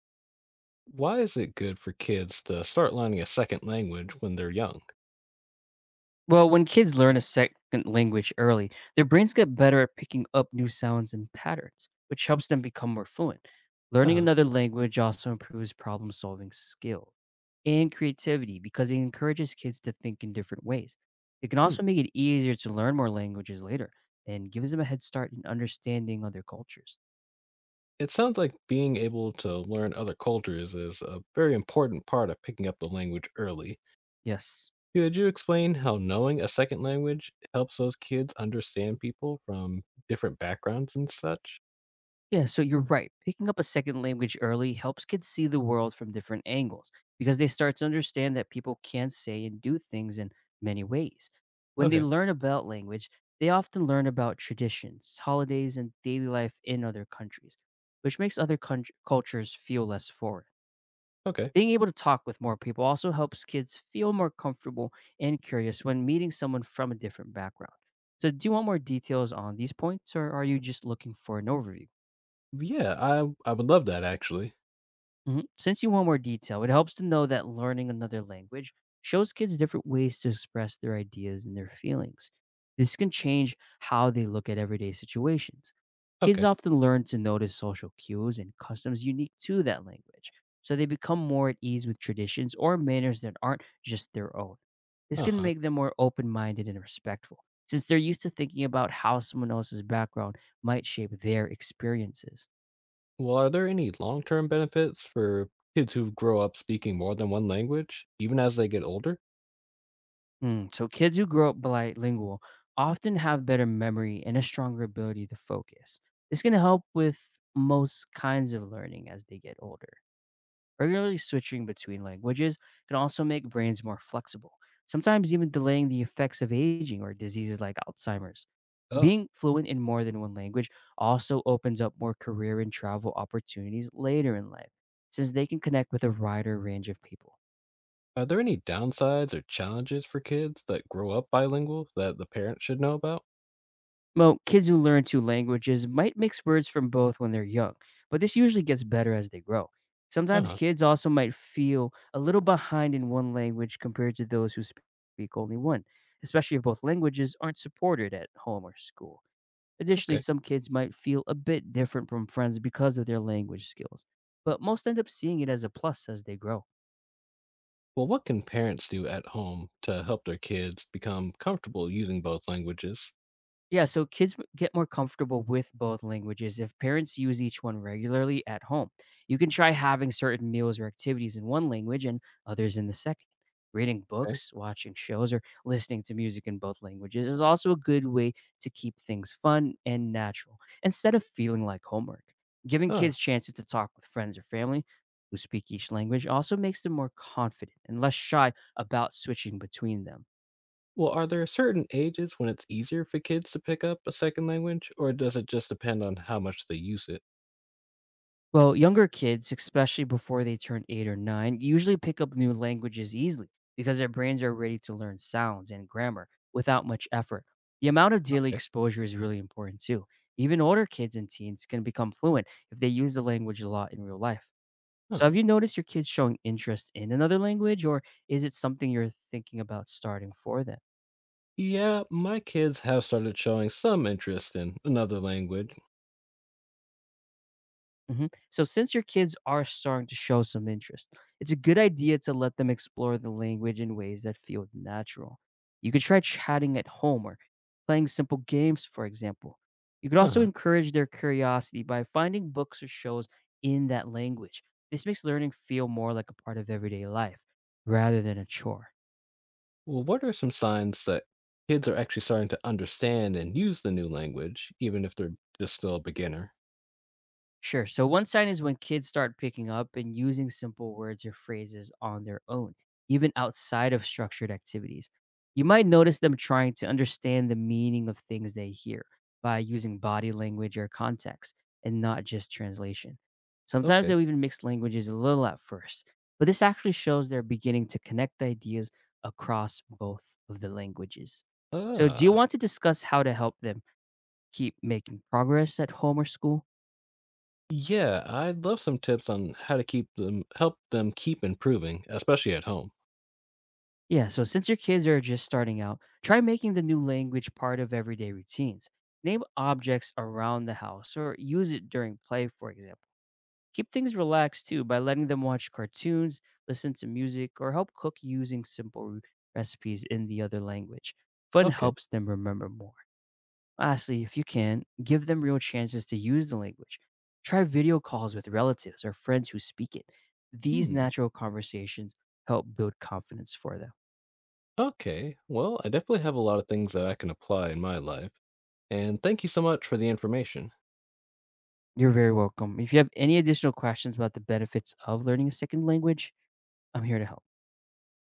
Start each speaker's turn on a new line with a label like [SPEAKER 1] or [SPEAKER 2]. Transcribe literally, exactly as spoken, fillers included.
[SPEAKER 1] Why is it good for kids to start learning a second language when they're young?
[SPEAKER 2] Well, when kids learn a second language early, their brains get better at picking up new sounds and patterns, which helps them become more fluent. Learning
[SPEAKER 1] Uh-huh.
[SPEAKER 2] another language also improves problem solving skill and creativity because it encourages kids to think in different ways. It can
[SPEAKER 1] Hmm.
[SPEAKER 2] also make it easier to learn more languages later and gives them a head start in understanding other cultures.
[SPEAKER 1] It sounds like being able to learn other cultures is a very important part of picking up the language early.
[SPEAKER 2] Yes.
[SPEAKER 1] Could you explain how knowing a second language helps those kids understand people from different backgrounds and such?
[SPEAKER 2] Yeah, so you're right. Picking up a second language early helps kids see the world from different angles because they start to understand that people can say and do things in many ways. When they
[SPEAKER 1] Okay.
[SPEAKER 2] learn about language, they often learn about traditions, holidays, and daily life in other countries, which makes other countr- cultures feel less foreign.
[SPEAKER 1] Okay.
[SPEAKER 2] Being able to talk with more people also helps kids feel more comfortable and curious when meeting someone from a different background. So, do you want more details on these points, or are you just looking for an overview?
[SPEAKER 1] Yeah, I I would love that actually.
[SPEAKER 2] Mhm. Since you want more detail, it helps to know that learning another language shows kids different ways to express their ideas and their feelings. This can change how they look at everyday situations. Kids
[SPEAKER 1] Okay.
[SPEAKER 2] often learn to notice social cues and customs unique to that language, so they become more at ease with traditions or manners that aren't just their own. This can
[SPEAKER 1] Uh-huh.
[SPEAKER 2] make them more open minded and respectful, since they're used to thinking about how someone else's background might shape their experiences.
[SPEAKER 1] Well, are there any long-term benefits for kids who grow up speaking more than one language even as they get older?
[SPEAKER 2] Mm, so kids who grow up bilingual often have better memory and a stronger ability to focus. This can help with most kinds of learning as they get older. Regularly switching between languages can also make brains more flexible, sometimes even delaying the effects of aging or diseases like Alzheimer's.
[SPEAKER 1] Oh.
[SPEAKER 2] Being fluent in more than one language also opens up more career and travel opportunities later in life, since they can connect with a wider range of people.
[SPEAKER 1] Are there any downsides or challenges for kids that grow up bilingual that the parents should know about?
[SPEAKER 2] Well, kids who learn two languages might mix words from both when they're young, but this usually gets better as they grow.
[SPEAKER 1] Uh
[SPEAKER 2] Sometimes
[SPEAKER 1] huh.
[SPEAKER 2] kids also might feel a little behind in one language compared to those who speak only one, especially if both languages aren't supported at home or school. Additionally,
[SPEAKER 1] Okay.
[SPEAKER 2] some kids might feel a bit different from friends because of their language skills, but most end up seeing it as a plus as they grow.
[SPEAKER 1] Well, what can parents do at home to help their kids become comfortable using both languages?
[SPEAKER 2] Yeah, so kids m- get more comfortable with both languages if parents use each one regularly at home. You can try having certain meals or activities in one language and others in the second. Reading
[SPEAKER 1] Okay.
[SPEAKER 2] books, watching shows, or listening to music in both languages is also a good way to keep things fun and natural instead of feeling like homework. Giving
[SPEAKER 1] Uh,
[SPEAKER 2] kids chances to talk with friends or family who speak each language also makes them more confident and less shy about switching between them.
[SPEAKER 1] well, are there certain ages when it's easier for kids to pick up a second language, or does it just depend on how much they use it?
[SPEAKER 2] Well, younger kids, especially before they turn eight or nine, usually pick up new languages easily because their brains are ready to learn sounds and grammar without much effort. The amount of daily
[SPEAKER 1] Okay.
[SPEAKER 2] exposure is really important too. Even older kids and teens can become fluent if they use the language a lot in real life.
[SPEAKER 1] Huh.
[SPEAKER 2] So, have you noticed your kids showing interest in another language, or is it something you're thinking about starting for them?
[SPEAKER 1] Yeah, my kids have started showing some interest in another language.
[SPEAKER 2] Mhm. So, since your kids are starting to show some interest, it's a good idea to let them explore the language in ways that feel natural. You could try chatting at home or playing simple games, for example. You could
[SPEAKER 1] Uh
[SPEAKER 2] also
[SPEAKER 1] huh.
[SPEAKER 2] encourage their curiosity by finding books or shows in that language. This makes learning feel more like a part of everyday life rather than a chore.
[SPEAKER 1] Well, what are some signs that kids are actually starting to understand and use the new language, even if they're just still a beginner?
[SPEAKER 2] Sure. So one sign is when kids start picking up and using simple words or phrases on their own, even outside of structured activities. You might notice them trying to understand the meaning of things they hear by using body language or context and not just translation. Sometimes
[SPEAKER 1] Okay.
[SPEAKER 2] they'll even mix languages a little at first, but this actually shows they're beginning to connect ideas across both of the languages. So, do you
[SPEAKER 1] Ah.
[SPEAKER 2] want to discuss how to help them keep making progress at home or school?
[SPEAKER 1] Yeah, I'd love some tips on how to keep them help them keep improving, especially at home.
[SPEAKER 2] Yeah, so since your kids are just starting out, try making the new language part of everyday routines. Name objects around the house or use it during play, for example. Keep things relaxed too by letting them watch cartoons, listen to music, or help cook using simple re- recipes in the other language. Fun
[SPEAKER 1] Okay.
[SPEAKER 2] helps them remember more. Lastly, if you can, give them real chances to use the language. Try video calls with relatives or friends who speak it. These
[SPEAKER 1] Hmm.
[SPEAKER 2] natural conversations help build confidence for them.
[SPEAKER 1] Okay. Well, I definitely have a lot of things that I can apply in my life. And thank you so much for the information.
[SPEAKER 2] You're very welcome. If you have any additional questions about the benefits of learning a second language, I'm here to help.